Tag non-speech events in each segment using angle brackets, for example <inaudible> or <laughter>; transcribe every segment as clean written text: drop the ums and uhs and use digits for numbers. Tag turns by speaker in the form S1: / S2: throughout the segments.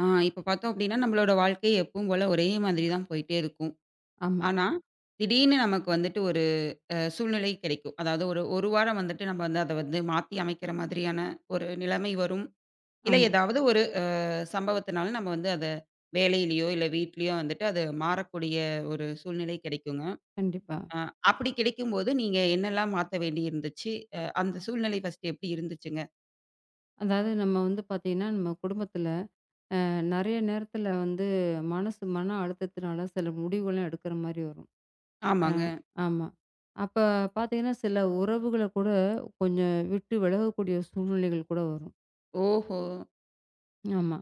S1: ஆ இப்ப பார்த்தோம் அப்டின்னா, நம்மளோட வாழ்க்கை எப்பவும் போல ஒரே மாதிரி தான் போயிட்டே இருக்கும்.
S2: ஆமா,
S1: ஆனா, திடீர்னு நமக்கு வந்துட்டு ஒரு சூழ்நிலை கிடைக்கும். அதாவது ஒரு 1 வாரம் வந்துட்டு நம்ம வந்து அத வந்து மாத்தி அமைக்கிற மாதிரியான ஒரு நிலைமை வரும். இல்ல
S2: ஆமா.
S1: ஏதாவது ஒரு சம்பவத்தினால நம்ம வந்து அத வேலையிலயோ, இல்ல வீட்லயோ வந்துட்டு அது மாறக்கூடிய ஒரு சூழ்நிலை கிடைக்குங்க.
S2: கண்டிப்பா.
S1: அ அப்படி கிடைக்கும்போது நீங்க என்னலாம் மாத்த வேண்டி இருந்துச்சு? அந்த சூழ்நிலை ஃபர்ஸ்ட்டு எப்படி இருந்துச்சுங்க?
S2: அதாவது நம்ம வந்து பார்த்தீங்கன்னா, நம்ம குடும்பத்தில நெறைய நேரத்தில வந்து மனசு மன அழுத்தத்தினால சில முடிவுகள்லாம் எடுக்கிற மாரி வரும். அ
S1: ஆமாங்க.
S2: ஆமா. அப்ப பார்த்தீங்கன்னா, சில உறவுகள கூட கொஞ்சம் விட்டு விலகக்கூடிய சூழ்நிலைகள் கூட வரும்.
S1: ஓஹோ!
S2: ஆமா.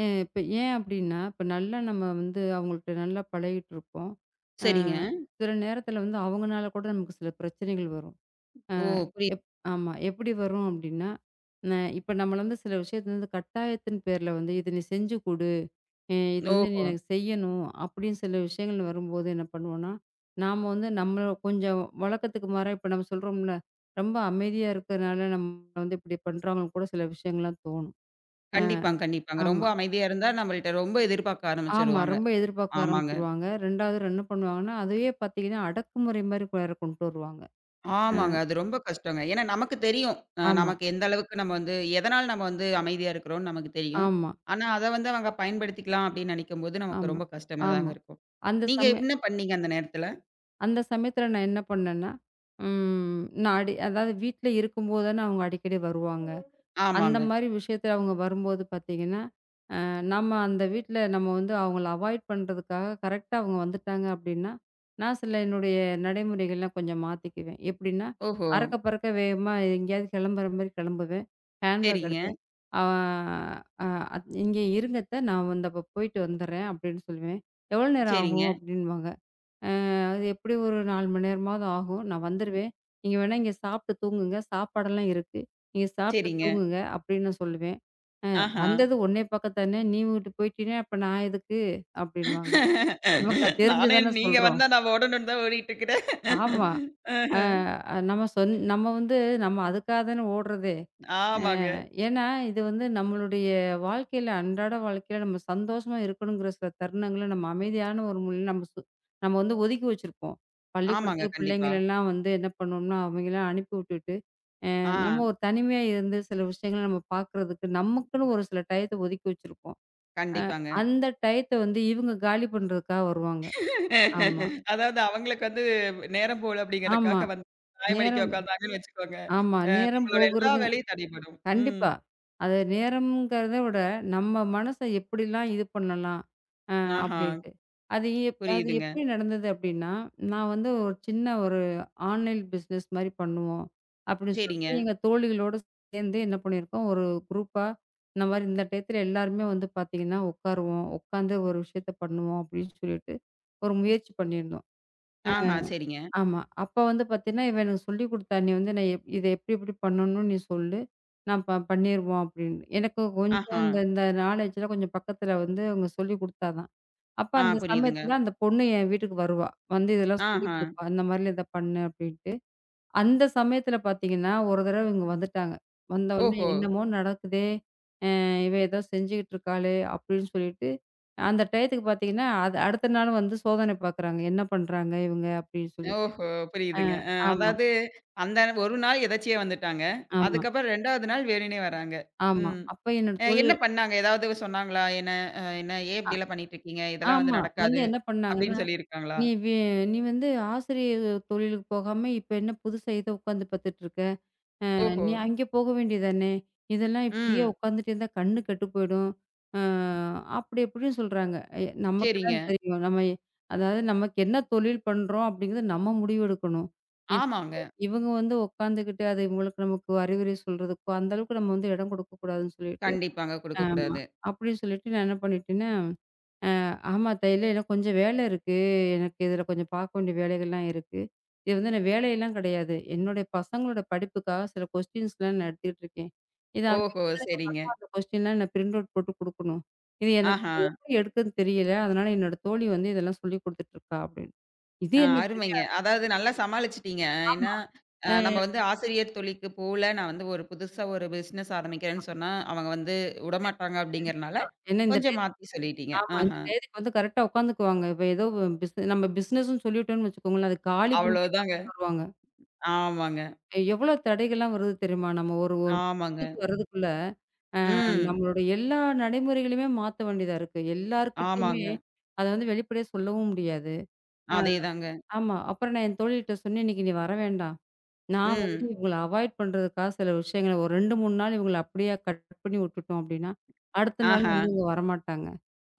S2: இப்ப ஏன் அப்டின்னா, இப்ப நல்லா நம்ம வந்து அவங்கள்ட்ட நல்லா பழகிட்டுருப்போம். அ
S1: சரிங்க.
S2: சில நேரத்தில வந்து அவங்கனால கூட நமக்கு சில பிரச்சனைகள் வரும். அ
S1: ஓ! புரியுது.
S2: எப் ஆமா. எப்படி வரும் அப்படின்னா, ந இப்ப நம்மள வந்து சில விஷயத்த வந்து கட்டாயத்தின் பேர்ல வந்து, "இத நீ செஞ்சு குடு. இது வந்து நீ
S1: ஓஹோ!
S2: எனக்கு செய்யணும்." அப்படின்னு சில விஷயங்கள் வரும்போது என்ன பண்ணுவோம்னா, நாம வந்து நம்ம கொஞ்சம் வழக்கத்துக்கு மாறா இப்ப நம்ம சொல்றோம்ல, ரொம்ப அமைதியா இருக்கறனால நம்மள வந்து இப்படி பண்றாங்கன்னு கூட சில விஷயங்கள்லாம் தோணும். அ
S1: கண்டிப்பாங்க, கண்டிப்பாங்க. ரொம்ப
S2: ஆமா.
S1: அமைதியா இருந்தா நம்மள்ட்ட ரொம்ப எதிர்பார்க்க
S2: ஆமா.
S1: ஆரம்பிச்சுருவாங்க.
S2: ரொம்ப எதிர்பார்க்க
S1: ஆமாங்க.
S2: ஆரம்பிச்சுருவாங்க. 2வது என்ன பண்ணுவாங்கன்னா, அதையே பார்த்தீங்கன்னா, அடக்குமுறை மாரி வேற கொண்டு வருவாங்க. அ
S1: ஆமாங்க. அது ரொம்ப கஷ்டங்க. ஏன்னா நமக்கு தெரியும்.
S2: ஆமா,
S1: நமக்கு எந்த அளவுக்கு நம்ம வந்து எதனால நம்ம வந்து அமைதியா இருக்கிறோம்னு நமக்கு தெரியும்.
S2: ஆமா,
S1: ஆனா அத வந்து அவங்க பயன்படுத்திக்கலாம் அப்படின்னு நினைக்கும்போது நமக்கு
S2: ஆமா,
S1: ரொம்ப கஷ்டமா தாங்க
S2: ஆமா.
S1: இருக்கும்.
S2: அந்த
S1: நீங்க
S2: சமய
S1: என்ன பண்ணீங்க அந்த நேரத்துல?
S2: அந்த சமயத்துல நான் என்ன பண்ணேன்னா, நான் அதாவது வீட்ல இருக்கும்போது தானே அவங்க அடிக்கடி வருவாங்க. அந்த
S1: ஆமாங்க.
S2: மாரி விஷயத்துல அவங்க வரும்போது பார்த்தீங்கன்னா, அ நம்ம அந்த வீட்ல நம்ம வந்து அவங்கள அவாய்ட் பண்றதுக்காக கரெக்ட்டா அவங்க வந்துட்டாங்க அப்டின்னா, நான் சில என்னுடைய நடைமுறைகள்லாம் கொஞ்சம் மாத்திக்குவேன். எப்டின்னா,
S1: ஓஹோ!
S2: அறக்க பறக்க வேகமா எங்கேயாவது கெளம்புற மாரி கெளம்புவேன். ஹேண்ட் பேக்
S1: சரிங்க,
S2: எடுப்பேன். அ அ "இங்கே இருங்க அத்த நான் வந்து அப்ப போயிட்டு வந்துர்றேன்" அப்டின்னு சொல்லுவேன். "எவ்வளோ நேரம்
S1: சரிங்க,
S2: ஆகும்?" அப்டின்னுவாங்க. அ அது எப்படியும் ஒரு 4 மணி நேரமாவது ஆகும். நான்
S1: ம்.
S2: வந்துருவேன். நீங்க வேணா இங்க சாப்பிட்டு தூங்குங்க. சாப்பாடெல்லாம் இருக்கு. நீங்க சாப்பிட்டு
S1: சரிங்க.
S2: தூங்குங்க அப்படின்னு நான் சொல்லுவேன்.
S1: ஆஹா!
S2: வந்தது உன்னைய பார்க்க தானே! நீ வீட்டு போயிட்டீன்னா, அப்ப நான் எதுக்கு? அப்படின்னுவாங்க. நமக்கு அது
S1: <laughs>
S2: தெரிஞ்சு
S1: நானே
S2: தானே
S1: நீங்க
S2: சொல்றோம்.
S1: வந்தா நான் ஓடணும்னு தான் ஓடிட்டு இருக்கிறேன்.
S2: ஆமா. அ
S1: ஆஹ.
S2: நம்ம சொன் நம்ம வந்து நம்ம அதுக்காக தானே ஓடுறதே! அ
S1: ஆமாங்க.
S2: ஏன்னா, இது வந்து நம்மளுடைய வாழ்க்கையில அன்றாட வாழ்க்கையில நம்ம சந்தோஷமா இருக்கணுங்கிற சில தருணங்கள நம்ம அமைதியான ஒரு மூலையில நம்ம வந்து ஒதுக்கி வச்சிருப்போம்.
S1: ஆமாங்க.
S2: பள்ளிக்கூடத்துக்கு
S1: கண்டிப்பா.
S2: பிள்ளைங்களெல்லாம் வந்து என்ன பண்ணுவோம்னா, அவங்கலாம் அனுப்பி விட்டுட்டு, அ
S1: ஆ.
S2: நம்ம ஒரு தனிமையா இருந்து சில விஷயங்கள நம்ம பார்க்குறதுக்கு, நமக்குன்னு ஒரு சில டயத்த ஒதுக்கி வச்சிருப்போம். அ
S1: கண்டிப்பாங்க.
S2: அந்த டயத்த வந்து இவங்க காலி பண்றதுக்காக வருவாங்க. ஆமா,
S1: அதாவது அவங்களுக்கு வந்து நேரம் போகல
S2: ஆமா.
S1: அப்படிங்கிறதுக்காக வந்து சாயம் அடிக்க
S2: நேரம்
S1: உட்காந்தாங்கன்னு வச்சுக்கோங்க.
S2: ஆமா. நேரம்
S1: நம்மளோட எல்லா
S2: போகுறது
S1: வேலையும் தடைபடும். ம்.
S2: கண்டிப்பா. அது நேரம்ங்கிறத விட, நம்ம மனச எப்படிலாம் இது பண்ணலாம்? அ
S1: ஆஹா,
S2: அப்படின்ட்டு. அது
S1: புரியுதுங்க.
S2: எப்படி நடந்தது அப்படின்னா, நான் வந்து ஒரு சின்ன ஒரு ஆன்லைன் பிசினஸ் மாரி பண்ணுவோம். அப்படின்னு
S1: சரிங்க.
S2: சொல்லிட்டு எங்க தோழிகளோடு சேர்ந்து என்ன பண்ணியிருக்கோம், ஒரு குரூப்பா இந்த மாரி இந்த டயத்துல எல்லாருமே வந்து பார்த்தீங்கன்னா உட்காருவோம். உட்காந்து ஒரு விஷயத்த பண்ணுவோம் அப்படின்னு சொல்லிட்டு, ஒரு முயற்சி பண்ணியிருந்தோம்.
S1: ஆஹா, சரிங்க.
S2: ஆமா. அப்ப வந்து பார்த்தீங்கன்னா, இவன் எனக்கு சொல்லிக் குடுத்தா, "நீ வந்து நான் எப் இத எப்டி எப்டி பண்ணணும்னு நீ சொல்லு. நான் ப பண்ணிருவோம்" அப்டின்னு. எனக்கு கொஞ்சம்
S1: ஆஹா,
S2: இந்த இந்த நாலேட்ஜ்ல கொஞ்சம் பக்கத்துல வந்து அவங்க சொல்லிக் குடுத்தா தான். அப்ப
S1: ஆ
S2: அந்த
S1: புரியுதுங்க.
S2: சமயத்துல அந்த பொண்ணு என் வீட்டுக்கு வருவா. வந்து இதெல்லாம் சொல்லிக்
S1: ஆஹா,
S2: குடுப்பா. "இந்த மாரிலாம் இத பண்ணு" அப்டின்ட்டு. அந்த சமயத்துல பார்த்தீங்கன்னா, ஒரு தடவ இவங்க வந்துட்டாங்க. வந்தவுடனே
S1: ஓஹோ!
S2: என்னமோ நடக்குதே! இவ ஏதோ செஞ்சுகிட்டு இருக்காளே! அப்டின்னு சொல்லிட்டு, அந்த டயத்துக்கு பார்த்தீங்கன்னா, அது அடுத்த நாள் வந்து சோதனை பார்க்குறாங்க. என்ன பண்றாங்க இவங்க? அப்டின்னு சொல்லிட்டு.
S1: ஓஹோ!
S2: அ
S1: புரியுதுங்க.
S2: ஆமா.
S1: அதாவது அந்த ஒரு நாள் எதர்ச்சியா வந்துட்டாங்க.
S2: ஆமா,
S1: அதுக்கப்புறம் 2வது நாள் வேணும்னே வராங்க.
S2: ஆமா.
S1: ம்.
S2: அப்ப என்னோட
S1: என்ன
S2: தொழில்
S1: பண்ணாங்க? ஏதாவது சொன்னாங்களா? என்ன என்ன ஏன்
S2: அ
S1: இப்படிலாம் பண்ணிட்டு இருக்கீங்க? இதெல்லாம் வந்து
S2: ஆமா. வந்து
S1: நடக்காது
S2: என்ன பண்ணாங்கன்னா,
S1: அப்படின்னு சொல்லியிருக்காங்களா?
S2: "நீ வே நீ வந்து ஆசிரியர் தொழிலுக்கு போகாம, இப்ப என்ன புதுசா இத உட்காந்து பாத்துட்டு இருக்க?
S1: ஓஹோ!
S2: நீ அங்கே போக வேண்டியதானே? இதெல்லாம் இப்படியே
S1: ம்.
S2: உட்காந்துட்டு இருந்தா கண்ணு கெட்டு போயிடும்." அ அப்படி இப்படின்னு சொல்றாங்க. நமக்கு
S1: சரிங்க.
S2: தான் தெரியும். நம்ம எ அதாவது நமக்கு என்ன தொழில் பண்றோம் அப்படிங்கிறத நம்ம முடிவெடுக்கணும். இத்
S1: ஆமாங்க.
S2: இவங்க வந்து உட்காந்துக்கிட்டு, அது இவங்களுக்கு நமக்கு அறிவுரை சொல்றதுக்கோ, அந்த அளவுக்கு நம்ம வந்து இடம் கொடுக்கக்கூடாதுன்னு சொல்லிட்டு
S1: கண்டிப்பாங்க
S2: ஆமா.
S1: குடுக்கக்கூடாது.
S2: அப்படின்னு சொல்லிட்டு நான் என்ன பண்ணிட்டேன்னா ஆமா. தையல்ல எனக்கு கொஞ்சம் வேலை இருக்கு. எனக்கு இதில கொஞ்சம் பார்க்க வேண்டிய வேலைகள்லாம் இருக்கு. இது வந்து நான் வேலையெல்லாம் கிடையாது. என்னுடைய பசங்களோட படிப்புக்காக சில கொஸ்டின்ஸ்லாம் நான் எடுத்துக்கிட்டு இருக்கேன். இது அவங்க
S1: ஓஹோ!
S2: வந்ததுக்கு
S1: சரிங்க.
S2: அப்புறமா அந்த கொஸ்டின்லாம் நான் பிரிண்ட் அவுட் போட்டு குடுக்கணும். இது எனக்கு
S1: ஆஹா!
S2: அத எப்படி எடுக்குன்னு தெரியல. அதனால என்னோட தோழி வந்து இதெல்லாம் சொல்லிக் குடுத்துட்டு இருக்கா அப்படின்னு. இது
S1: ஆ
S2: என்ன பெரிய
S1: அருமைங்க. அதாவது நல்லா சமாளிச்சுட்டீங்க. ஏன்னா,
S2: ஆமா. அ
S1: நம்ம வந்து ஆசிரியர் தொழிலுக்கு போல, நான் வந்து ஒரு புதுசா ஒரு பிசினஸ் ஆரம்பிக்கிறேன்னு சொன்னா, அவங்க வந்து விடமாட்டாங்க அப்படிங்கிறனால,
S2: கண்டிப்பா. ஏன்னா இந்த
S1: கொஞ்சம்
S2: டயத்துக்கு
S1: மாத்தி சொல்லிட்டீங்க.
S2: ஆமா. இந்த
S1: ஆஹா!
S2: டயத்துக்கு வந்து கரெக்ட்டா உட்காந்துக்குவாங்க. இப்ப ஏதோ நம்ம பிசினஸ்ன்னு சொல்லிட்டோம்னு வச்சுக்கோங்களேன். அது காலி பண்றதுக்கு தான்
S1: அவ்வளோதாங்க.
S2: உட்காருவாங்க.
S1: ஆமாங்க,
S2: எவ்வளோ தடைகள்லாம் வருது தெரியுமா? நம்ம ஒரு ஒரு
S1: ஆமாங்க.
S2: முடிவுக்கு வர்றதுக்குள்ள, அ
S1: ம்.
S2: நம்மளுடைய எல்லா நடைமுறைகளையுமே மாத்த வேண்டியதா இருக்கு. எல்லார்கிட்டயுமே
S1: ஆமாங்க.
S2: அத வந்து வெளிப்படையா சொல்லவும் முடியாது. அ
S1: அதேதாங்க.
S2: ஆமா. அப்புறம் நான் என் தோழிகிட்ட சொன்னேன், "இன்னைக்கு நீ வர வேண்டாம். நான் வந்து
S1: ம்.
S2: இவங்கள அவாய்ட் பண்றதுக்காக சில விஷயங்கள ஒரு 2, 3 நாள் இவங்கள அப்படியே கட் பண்ணி விட்டுட்டோம் அப்படின்னா, அடுத்த நாள்
S1: ஆஹா!
S2: வந்து இவங்க வரமாட்டாங்க."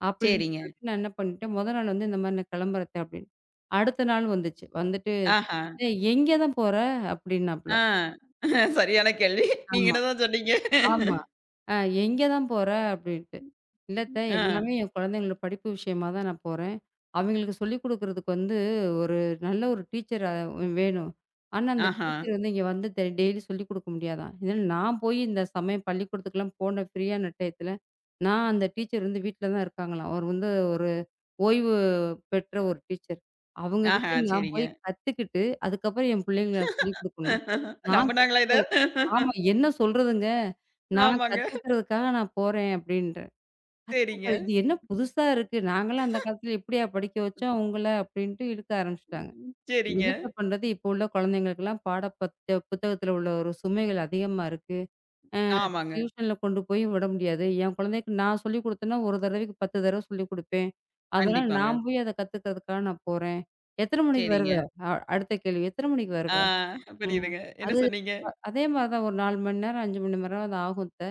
S2: அப்படின்னு
S1: சரிங்க.
S2: சொல்லிட்டு நான் என்ன பண்ணிட்டேன், "மொத நாள் வந்து இந்த மாதிரி நான் கிளம்புறேன்" அத்த அப்படின்னு. அடுத்த நாள் வந்துச்சு. வந்துட்டு,
S1: ஆஹா!
S2: "ஏய் எங்க தான் போற?" அப்படின்னாப்புல.
S1: ஆ. சரியான கேள்வி. நீங்க
S2: ஆமா.
S1: என்னதான் சொன்னீங்க?
S2: ஆமா. அ எங்க தான் போற? அப்டின்ட்டு. இல்ல அத்த
S1: ஆ.
S2: எல்லாமே என் குழந்தைங்களோட படிப்பு விஷயமா தான் நான் போறேன். அவங்களுக்கு சொல்லிக் குடுக்குறதுக்கு வந்து ஒரு நல்ல ஒரு டீச்சர் அ வேணும். ஆனா அந்த
S1: ஆஹா!
S2: டீச்சர் வந்து இங்க வந்து டெய்லி சொல்லிக் குடுக்க முடியாதாம். இதனால நான் போய் இந்த சமயம் பள்ளிக்கூடத்துக்குலாம் போன ஃப்ரீயான டயத்துல, நான் அந்த டீச்சர் வந்து வீட்ல தான் இருக்காங்களாம். அவர் வந்து ஒரு ஓய்வு பெற்ற ஒரு டீச்சர். அவங்க
S1: ஆஹா,
S2: கிட்ட நான்
S1: சரிங்க.
S2: போய் கத்துக்கிட்டு, அதுக்கப்புறம் என் பிள்ளைங்களுக்கு நான் சொல்லிக் குடுக்கணும். நான்
S1: நம்புனாங்களா
S2: கத்துக்க
S1: இத?
S2: ஆமா. என்ன சொல்றதுங்க? நான்
S1: ஆமாங்க.
S2: கத்துக்கிறதுக்காக நான் போறேன் அப்டின்றேன்.
S1: சரிங்க,
S2: கத்துக்க இது என்ன புதுசா இருக்கு? நாங்கலாம் அந்த காலத்துல இப்படியா படிக்க வச்சோம் உங்கள? அப்டின்ட்டு இழுக்க ஆரம்பிச்சுட்டாங்க.
S1: சரிங்க.
S2: என்னத்த பண்றது? இப்போ உள்ள குழந்தைங்களுக்கெல்லாம் பாட பத்த புத்தகத்துல உள்ள ஒரு சுமைகள் அதிகமா இருக்கு. அ
S1: ஆமாங்க.
S2: டியூஷன்ல கொண்டு போய் விட முடியாது. என் குழந்தைக்கு நான் சொல்லிக் குடுத்தேன்னா, ஒரு தடவைக்கு 10 தடவ சொல்லிக் குடுப்பேன். அதனால
S1: கண்டிப்பாங்க.
S2: நான் போய் அத கத்துக்கிறதுக்காக நான் போறேன். எத்தன மணிக்கு வருவ?
S1: சரிங்க.
S2: அ அடுத்த கேள்வி. எத்தன மணிக்கு வருவ?
S1: ஆ
S2: ம்.
S1: புரியுதுங்க. என்ன
S2: அது
S1: சொன்னீங்க?
S2: அதே மாரி தான் ஒரு 4 மணி நேரம், 5 மணி நேரமாவது ஆகும் அத்த.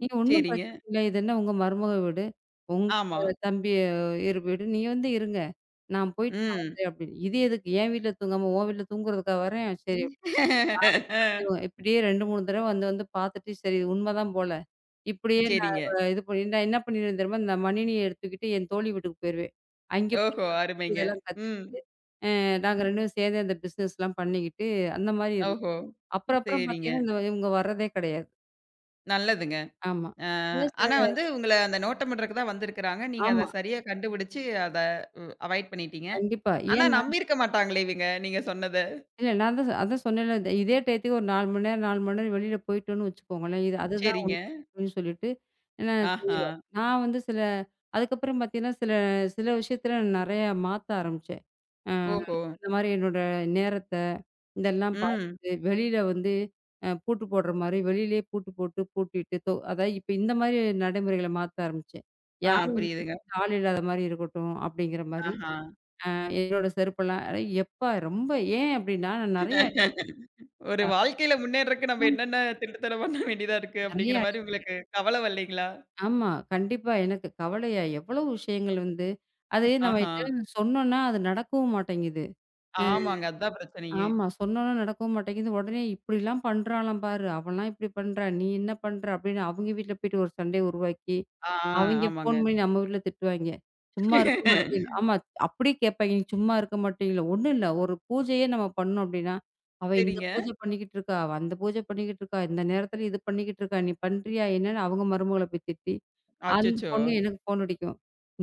S2: நீங்க ஒண்ணும்
S1: சரிங்க.
S2: பிரச்சனை இல்ல. இது என்ன உங்க மருமக வீடு. உங்க
S1: ஆமா.
S2: தம்பி இரு வீடு. நீங்க வந்து இருங்க. நான் போயிட்டு நான்
S1: ம்.
S2: வந்துறேன் அப்படின்னு. இது எதுக்கு? என் வீட்ல தூங்காம உன் வீட்ல தூங்குறதுக்கா வரேன்? சரி எப்படியும் இப்படியே 2, 3 தடவ வந்து வந்து பார்த்துட்டு, சரி இது உண்மைதான் போல. இப்படியே நான்
S1: சரிங்க.
S2: அவ இது பண்ணி நான் என்ன பண்ணிருவேன் தெரியுமா? இந்த மணினிய எடுத்துக்கிட்டு என் தோழி வீட்டுக்கு போயிருவேன். அங்க போய்
S1: ஓஹோ!
S2: வச்சுட்டு
S1: அருமைங்க.
S2: இதெல்லாம்
S1: ம்.
S2: கத்துக்கிட்டு, அ நாங்க 2 பேரும் சேர்ந்து அந்த பிசினஸ்லாம் பண்ணிக்கிட்டு, அந்த மாரி இருந்தோம்.
S1: ஓஹோ!
S2: அப்புறம் அப்புறம்
S1: சரிங்க.
S2: பார்த்தீங்கன்னா, இவங்க வர்றதே கிடையாது.
S1: நல்லதுங்க.
S2: ஆமா.
S1: அ
S2: ஏன் சில
S1: ஆனா வந்து உங்கள அந்த நோட்டமிடுறதுக்கு தான் வந்திருக்கிறாங்க. நீங்க அத
S2: ஆமா.
S1: சரியா கண்டுபிடிச்சு அத அவாய்ட் பண்ணிட்டீங்க.
S2: கண்டிப்பா.
S1: ஆனா
S2: ஏன்னா
S1: நம்பியிருக்க மாட்டாங்களே இவங்க, நீங்க சொன்னத.
S2: இல்ல நான் தான் அதான் சொன்னேன்ல, இந்த இதே டயத்துக்கு ஒரு 4 மணி நேரம், 4 மணி நேரம் வெளியில போயிட்டோம்னு வச்சுக்கோங்களேன், இது அதுதான் உண்மை
S1: சரிங்க.
S2: அப்படின்னு சொல்லிட்டு நான்
S1: ஆஹா.
S2: சொல்லிருவேன். நான் வந்து சில அதுக்கப்புறம் பார்த்தீங்கன்னா, சில சில விஷயத்துல நான் நெறைய மாத்த ஆரம்பிச்சேன். அ
S1: ஓஹோ!
S2: இந்த மாரி என்னோட நேரத்த, இதெல்லாம்
S1: ம்.
S2: பார்த்துட்டு, வெளியில வந்து அ பூட்டு போடுற மாரி வெளியிலேயே பூட்டு போட்டு, பூட்டிட்டு தொ அதாவது இப்ப இந்த மாரி நடைமுறைகள மாத்த ஆரம்பிச்சேன்.
S1: ஆ
S2: யார் வந்தாலும்
S1: புரியுதுங்க.
S2: வீட்ல ஆள் இல்லாத மாரி இருக்கட்டும், அப்படிங்கிற மாரி.
S1: ஆஹா.
S2: என்னோட செருப்பெல்லாம் எப்பா ரொம்ப ஏன் அப்படின்னா, நான் நெறைய
S1: ஒரு வாழ்க்கையில முன்னேறக்கு நம்ம என்னென்ன திருட்டுத்தனம் பண்ண வேண்டியதா இருக்கு
S2: நெறைய
S1: அப்படிங்கிற மாரி
S2: அடிபட்டு
S1: உங்களுக்கு கவல வரலைங்களா?
S2: ஆமா. கண்டிப்பா எனக்கு கவலையா எவ்வளவு விஷயங்கள் வந்து அது நம்ம
S1: ஆஹா.
S2: யார்ட்டயாவது சொன்னோம்னா, அது நடக்கவும் மாட்டேங்குது.
S1: ஆமாங்க. அதான் பிரச்சனையே.
S2: ஆமா. சொன்னோன்ன நடக்கவும் மாட்டேங்குது. உடனே இப்படிலாம் பண்றாளாம் பாரு! அவள்லாம் இப்படி பண்றா! நீ என்ன பண்ற? அப்படின்னு அவங்க வீட்ல போயிட்டு ஒரு சண்டைய உருவாக்கி,
S1: ஆ, ஆ
S2: அவைங்க
S1: ஆமாங்க.
S2: ஃபோன் பண்ணி நம்ம வீட்ல திட்டுவாய்ங்க. சும்மா இருக்க மாட்டீங்களா? ஆமா. அப்படியே கேட்பாய்ங்க. நீ சும்மா இருக்க மாட்டீங்களா? ஒண்ணும் இல்ல. ஒரு பூஜையே நம்ம பண்ணோம் அப்படின்னா, அவ இந்த
S1: சரிங்க.
S2: பூஜை பண்ணிக்கிட்டு இருக்கா, அவ அந்த பூஜை பண்ணிக்கிட்டு இருக்கா, இந்த நேரத்துல இது பண்ணிக்கிட்டு இருக்கா, நீ பண்றியா என்னன்னு அவங்க மருமகள போய் திட்டி, அந்த
S1: அச்சச்சோ!
S2: பொண்ணு எனக்கு ஃபோன் அடிக்கும்.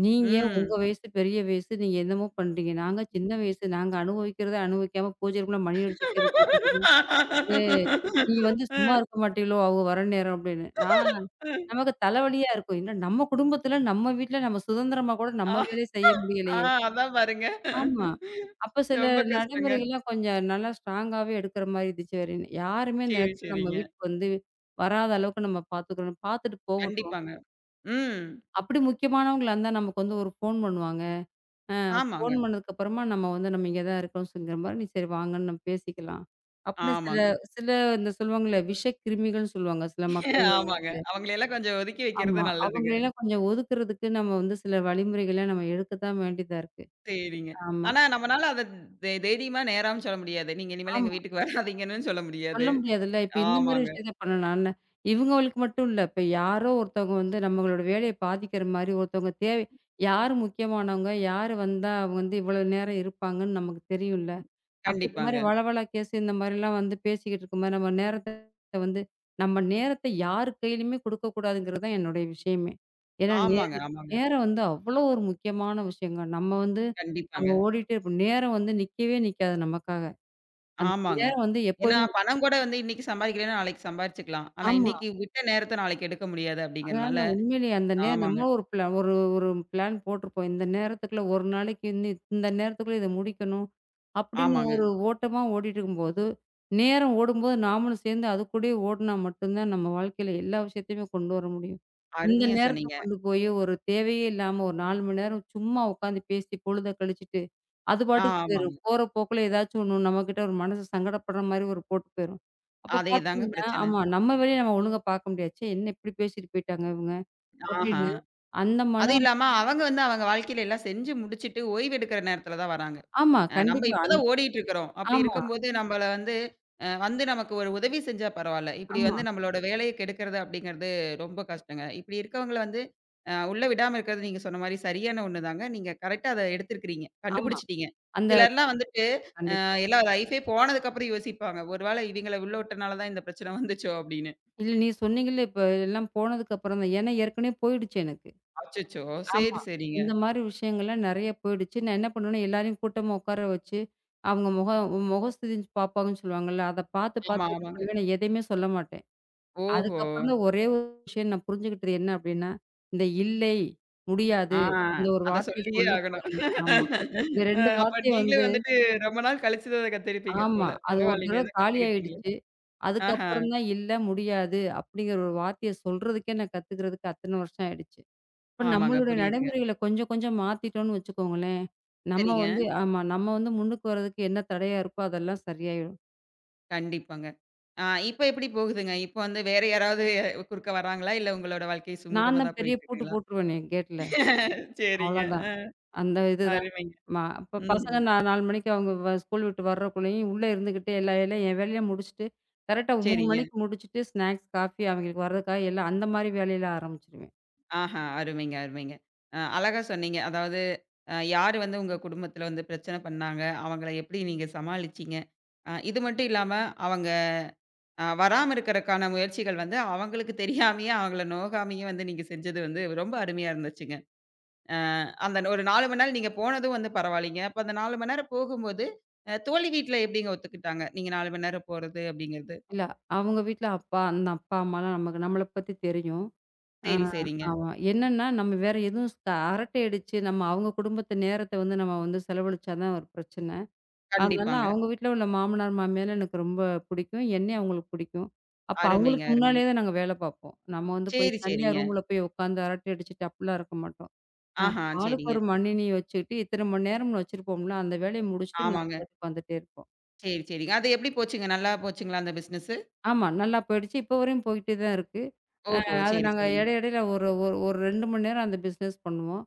S2: நீங்க உங்க
S1: ம்.
S2: வயசு பெரிய வயசு. நீங்க என்னமோ பண்றீங்க. நாங்க சின்ன வயசு. நாங்க அனுபவிக்கிறத அனுபவிக்காம பூஜை ரூம்ல மணி அடிச்சுட்டே இருக்கும்போது, நீங்க வந்து
S1: அ.
S2: சும்மா இருக்க மாட்டீங்களோ! அவங்க வர நேரம் அப்படின்னு. நமக்கு தலைவலியா இருக்கும். என்ன நம்ம குடும்பத்தில, நம்ம வீட்ல நம்ம சுதந்திரமா கூட நம்ம
S1: ஆ.
S2: வேலைய செய்ய
S1: ஆ
S2: முடியலையே!
S1: அதான் பாருங்க.
S2: ஆமா. அப்ப சில
S1: ரொம்ப கஷ்டங்க.
S2: நடைமுறைகள்லாம் கொஞ்சம் நல்லா ஸ்ட்ராங்காவே எடுக்கிற மாரி இருந்துச்சு. வேற என்ன- யாருமே இந்த
S1: சரி,
S2: நேரத்தில நம்ம
S1: சரிங்க.
S2: வீட்டுக்கு வந்து வராத அளவுக்கு நம்ம பார்த்துக்கணும். பார்த்துட்டு போகட்டும்.
S1: கண்டிப்பாங்க. ம்.
S2: அப்படி முக்கியமானவங்களா இருந்தா நமக்கு வந்து ஒரு ஃபோன் பண்ணுவாங்க.
S1: ஆமாங்க,
S2: ஃபோன் பண்ணதுக்கப்புறமா நம்ம வந்து நம்ம இங்க தான் இருக்கோம் சொல்லுங்கிற மாரி, நீ சரி வாங்கன்னு நம்ம பேசிக்கலாம். அப்படின்னு சில
S1: ஆமாங்க.
S2: சில இந்த சொல்லுவாங்கல்ல, விஷக்கிருமிகள்ன்னு சொல்லுவாங்க. சில மக்கள்
S1: ஆமாங்க. அவங்களையெல்லாம் கொஞ்சம் ஒதுக்கி
S2: ஆமா.
S1: வைக்கிறது நல்லதுங்க.
S2: அவங்களையெல்லாம் கொஞ்சம் ஒதுக்குறதுக்கு நம்ம வந்து சில வழிமுறைகள நம்ம எடுக்க தான் வேண்டியதா இருக்கு.
S1: சரிங்க.
S2: ஆமா,
S1: ஆனா நம்மனால அத தைரியமா நேரான்னு சொல்ல முடியாது. நீங்க இனிமேல் எங்க
S2: ஆமா.
S1: வீட்டுக்கு வராதீங்கன்னு சொல்ல
S2: சொல்ல
S1: முடியாது.
S2: முடியாதுல்ல. இப்ப இந்த மாரி
S1: ஆமாங்க.
S2: விஷயத்த பண்ணலாம்ல. இவங்களுக்கு மட்டும் இல்ல. இப்ப யாரோ ஒருத்தவங்க வந்து நம்மளோட வேலைய பாதிக்கிற மாரி ஒருத்தவங்க தேவை யார் முக்கியமானவங்க? யார் வந்தா அவங்க வந்து இவ்வளவு நேரம் இருப்பாங்கன்னு நமக்கு தெரியும்ல. அப்ப இந்த
S1: கண்டிப்பாங்க.
S2: மாரி வழவழ கேஸ் இந்த மாரிலாம் வந்து பேசிக்கிட்டு இருக்கும்போது, நம்ம நேரத்த வந்து நம்ம நேரத்த யார் கையிலயுமே குடுக்கக்கூடாதுங்கிறது தான் என்னுடைய விஷயமே. ஏன்னா
S1: ஆமாங்க,
S2: நேரம்
S1: ஆமாங்க.
S2: நேரம் வந்து அவ்வளோ ஒரு முக்கியமான விஷயங்க. நம்ம
S1: கண்டிப்பாங்க.
S2: ஓடிட்டே இருப்போம். நேரம் வந்து நிக்கவே நிக்காது நமக்காக. அந்த
S1: ஆமாங்க.
S2: நேரம் வந்து
S1: ஏன்னா
S2: எப்பவுமே
S1: பணம் கூட வந்து இன்னைக்கு சம்பாதிக்கலன்னா நாளைக்கு சம்பாரிச்சுக்கலாம். ஆனா
S2: ஆமா.
S1: இன்னைக்கு விட்ட நேரத்த நாளைக்கு எடுக்க முடியாது அப்படிங்கிறனால
S2: அதனால உண்மையிலேயே அந்த நேரம்
S1: ஆமாங்க,
S2: நம்மளும் ஒரு பிளான் போட்டிருப்போம். இந்த நேரத்துக்குள்ள 1 நாளைக்கு இந்த இந்த நேரத்துக்குள்ள இத முடிக்கணும். அப்படின்னு
S1: ஆமாங்க.
S2: ஒரு ஓட்டமா ஓடிட்டு இருக்கும்போது, நேரம் ஓடும்போது நாமளும் சேர்ந்து அது கூடயே ஓடுனா மட்டும் தான் நம்ம வாழ்க்கையில எல்லா விஷயத்தையுமே கொண்டு வர முடியும். இந்த
S1: அருமையா
S2: நேரத்த
S1: சொன்னீங்க.
S2: கொண்டு போய் ஒரு தேவையே இல்லாம ஒரு 4 மணி நேரம் சும்மா உட்காந்து பேசி பொழுத கழிச்சுட்டு, அது
S1: ஆ
S2: பாட்டுக்கு போயிரும்.
S1: ஆமாங்க.
S2: போற போக்குல ஏதாச்சும் ஒண்ணு நம்மகிட்ட ஒரு மனசு சங்கடப்படுற மாரி ஒரு போட்டு போயிரும். அப்ப
S1: அதேதாங்க
S2: பார்த்தீங்கன்னா,
S1: பிரச்சனை.
S2: ஆமா. நம்ம வேலைய நம்ம ஒழுங்கா பார்க்க முடியாது. ச்சே! என்ன இப்படி பேசிட்டு போயிட்டாங்க இவங்க?
S1: ஆஹா.
S2: அப்படின்னு அந்த
S1: அதுவும்
S2: மனம்
S1: இல்லாம அவங்க வந்து அவங்க வாழ்க்கையில எல்லாம் செஞ்சு முடிச்சுட்டு ஓய்வு எடுக்கிற நேரத்துல தான் வராங்க.
S2: ஆமா.
S1: நம்ம
S2: கண்டிப்பா.
S1: இப்பதான் ஓடிட்டு இருக்கிறோம். அப்படி
S2: ஆமா,
S1: இருக்கும்போது நம்மள வந்து வந்து நமக்கு ஒரு உதவி செஞ்சா பரவால்ல. இப்படி
S2: ஆமா,
S1: வந்து நம்மளோட வேலைய கெடுக்கிறது அப்படிங்கிறது ரொம்ப கஷ்டங்க. இப்படி இருக்கவங்கள வந்து உள்ள விடாம இருக்கிறது நீங்க சொன்ன மாரி சரியான ஒண்ணு தாங்க. நீங்க கரெக்ட்டா அத எடுத்திருக்கிறீங்க.
S2: ஆமா.
S1: கண்டுபிடிச்சிட்டீங்க.
S2: அந்த
S1: சிலர்லாம் வந்துட்டு
S2: கண்டிப்பா.
S1: எல்லாம் லைஃபே போனதுக்கு அப்புறம் யோசிப்பாங்க. ஒரு வேளை இவங்கள உள்ள விட்டனால தான் இந்த பிரச்சனை வந்துச்சோ அப்படின்னு.
S2: இல்ல நீங்க சொன்னீங்கல்ல, இப்ப எல்லாம் போனதுக்கு அப்புறம் தான். ஏன்னா ஏற்கனவே போயிடுச்சு எனக்கு.
S1: அச்சச்சோ!
S2: ஆமா.
S1: சரி, சரிங்க.
S2: இந்த மாரி விஷயங்கள்லாம் நெறைய போயிடுச்சு. நான் என்ன பண்ணுவேன்னா, எல்லாரையும் கூட்டமா உட்கார வச்சு, அவங்க முகம் முகஸ்துதி பார்ப்பாங்கன்னு சொல்லுவாங்கல்ல, அத பார்த்து
S1: ஆமா,
S2: பார்த்து என்ன
S1: ஆமாங்க.
S2: பண்ணுவேன், நான் எதையுமே சொல்ல மாட்டேன்.
S1: ஓஹோ!
S2: அதுக்கப்புறம் தான் ஒரே ஒரு விஷயம் நான் புரிஞ்சுகிட்டது என்ன அப்டின்னா, இந்த "இல்லை,
S1: ஆ
S2: முடியாது" இந்த ஒரு
S1: அத
S2: வார்த்தைய
S1: சொல்லியே
S2: சொல்ல
S1: ஆகணும்.
S2: பழகுனேன். ஆமா. இந்த 2
S1: அப்ப
S2: வார்த்தை
S1: நீங்களே
S2: வந்து
S1: வந்துட்டு ரொம்ப நாள் கழிச்சு தான் அத கத்துருப்பீங்க
S2: ஆமா.
S1: போல.
S2: அது ஒரு
S1: பரவாயில்லைங்க
S2: தடவ
S1: ஏதோ கத்துக்கிட்டீங்களே.
S2: காலியாயிடுச்சு.
S1: ஆஹா.
S2: அதுக்கப்புறம் தான் "இல்ல, முடியாது" அப்டிங்கிற ஒரு வார்த்தைய சொல்றதுக்கே நான் கத்துக்கிறதுக்கு அத்தன வருஷம் ஆயிடுச்சு. இப்ப
S1: ஆமாங்க
S2: நம்மளுடைய
S1: புரியுதுங்க.
S2: நடைமுறைகள கொஞ்சம் கொஞ்சம் மாத்திட்டோம்னு வச்சுக்கோங்களேன், நம்ம
S1: சரிங்க.
S2: வந்து ஆமா. நம்ம வந்து முன்னுக்கு வர்றதுக்கு என்ன தடையா இருக்கோ அதெல்லாம் சரியாயிடும்.
S1: கண்டிப்பாங்க. ஆ இப்ப எப்படி போகுதுங்க? இப்ப வந்து வேற யாராவது குறுக்க வராங்களா? இல்ல உங்களோட வாழ்க்கை
S2: நான்
S1: சுமூகமா
S2: தான்
S1: தான்
S2: பெரிய
S1: போயிட்டு
S2: பூட்டு
S1: இருக்குங்களா?
S2: போட்டுருவேனே கேட்ல.
S1: சரிங்க.
S2: அவ்வளோதான்.
S1: அ
S2: அந்த இதுதான்.
S1: அருமைங்க.
S2: ம அப்ப பசங்க
S1: ம்.
S2: நா 4 மணிக்கு அவங்க ஸ்கூல் விட்டு வர்றக்குள்ளேயும் உள்ள இருந்துகிட்டு எல்லா வேலையும் என் வேலைய முடிச்சுட்டு, கரெக்ட்டா 3
S1: சரிங்க.
S2: மணிக்கு முடிச்சுட்டு ஸ்நாக்ஸ், காஃபி அவங்களுக்கு வர்றதுக்காக எல்லாம் அந்த மாரி வேலையில ஆரம்பிச்சுருவேன்.
S1: ஆஹா. அருமைங்க, அருமைங்க. அழகா சொன்னீங்க. அதாவது யாரு வந்து உங்க குடும்பத்துல வந்து பிரச்சனை பண்ணாங்க? அவங்கள எப்படி நீங்க சமாளிச்சீங்க? இது மட்டும் இல்லாம அவங்க வராம இருக்கறக்கான முயற்சிகள் வந்து அவங்களுக்கு தெரியாமயே, அவங்கள நோகாமயே வந்து நீங்க செஞ்சது வந்து ரொம்ப அருமையா இருந்துச்சுங்க. அ அந்த ஒரு 4 மணி நேரம் நீங்க போனதும் வந்து பரவாயில்லைங்க. அப்ப அந்த 4 மணி நேரம் போகும்போது, தோழி வீட்ல எப்படிங்க ஒத்துக்கிட்டாங்க? நீங்க 4 மணி நேரம் போறது அப்படிங்கிறது.
S2: இல்ல அவங்க வீட்ல அப்பா அந்த அப்பா, அம்மாலாம் நமக்கு நம்மள பத்தி தெரியும். ஆ
S1: சரி, சரிங்க.
S2: ஆமா. என்னன்னா நம்ம வேற எதுவும் அரட்டை அடிச்சு நம்ம அவங்க குடும்பத்து நேரத்த வந்து நம்ம வந்து செலவழிச்சா தான் ஒரு பிரச்சனை. அதனால
S1: கண்டிப்பாங்க.
S2: அவங்க வீட்ல உள்ள மாமனார், மாமியார எனக்கு ரொம்ப பிடிக்கும். என்னையும் அவங்களுக்கு பிடிக்கும். அப்ப
S1: அருமைங்க,
S2: அவங்களுக்கு முன்னாலேயே
S1: அருமைங்க.
S2: தான் நாங்க வேல பார்ப்போம். நம்ம வந்து போய்
S1: சரி,
S2: தனியா
S1: சரிங்க.
S2: ரூம்ல போய் உட்காந்து அரட்டை அடிச்சுட்டு அப்படிலாம் இருக்க மாட்டோம். அ
S1: ஆஹா,
S2: ஆளுக்கு
S1: சரிங்க.
S2: ஒரு மணினி வச்சுக்கிட்டு இத்தன மணி நேரம்னு வச்சிருப்போம்ல, அந்த வேலைய முடிச்சுட்டு நாங்க
S1: ஆமாங்க.
S2: பாட்டுக்கு வந்துட்டே இருப்போம்.
S1: சரி, சரிங்க. அது எப்படி போச்சுங்க? நல்லா போச்சுங்களா அந்த பிசினஸு?
S2: ஆமா, நல்லா போயிடுச்சு. இப்போ வரையும் போய்கிட்டே தான் இருக்கு. அ
S1: ஓஹோ!
S2: அது
S1: சரி,
S2: நாங்க
S1: சரிங்க.
S2: எடை எடையில ஒரு ஒரு ஒரு 2 மணி நேரம் அந்த பிசினஸ் பண்ணுவோம்.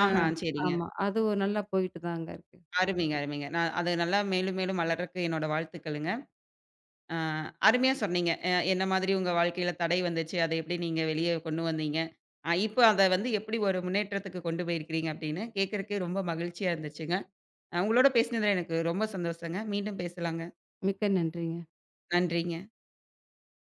S2: அ
S1: ஆஹா, சரிங்க.
S2: ஆமா, அது ஒரு நல்லா போயிட்டு தாங்க இருக்கு.
S1: அருமைங்க, அருமைங்க. நான் அது நல்லா மேலும் மேலும் வளர்றக்கு என்னோட வாழ்த்துக்களுங்க. அ அருமையா சொன்னீங்க. என்ன மாதிரி உங்க வாழ்க்கையில தடை வந்துச்சு. அத எப்படி நீங்க வெளிய கொண்டு வந்தீங்க. இப்ப அத வந்து எப்படி ஒரு முன்னேற்றத்துக்கு கொண்டு போயிருக்கிறீங்க அப்படின்னு கேட்கறக்கே ரொம்ப மகிழ்ச்சியா இருந்துச்சுங்க. உங்களோட பேசினதுல எனக்கு ரொம்ப சந்தோஷங்க. மீண்டும் பேசலாங்க.
S2: மிக்க நன்றிங்க.
S1: நன்றிங்க.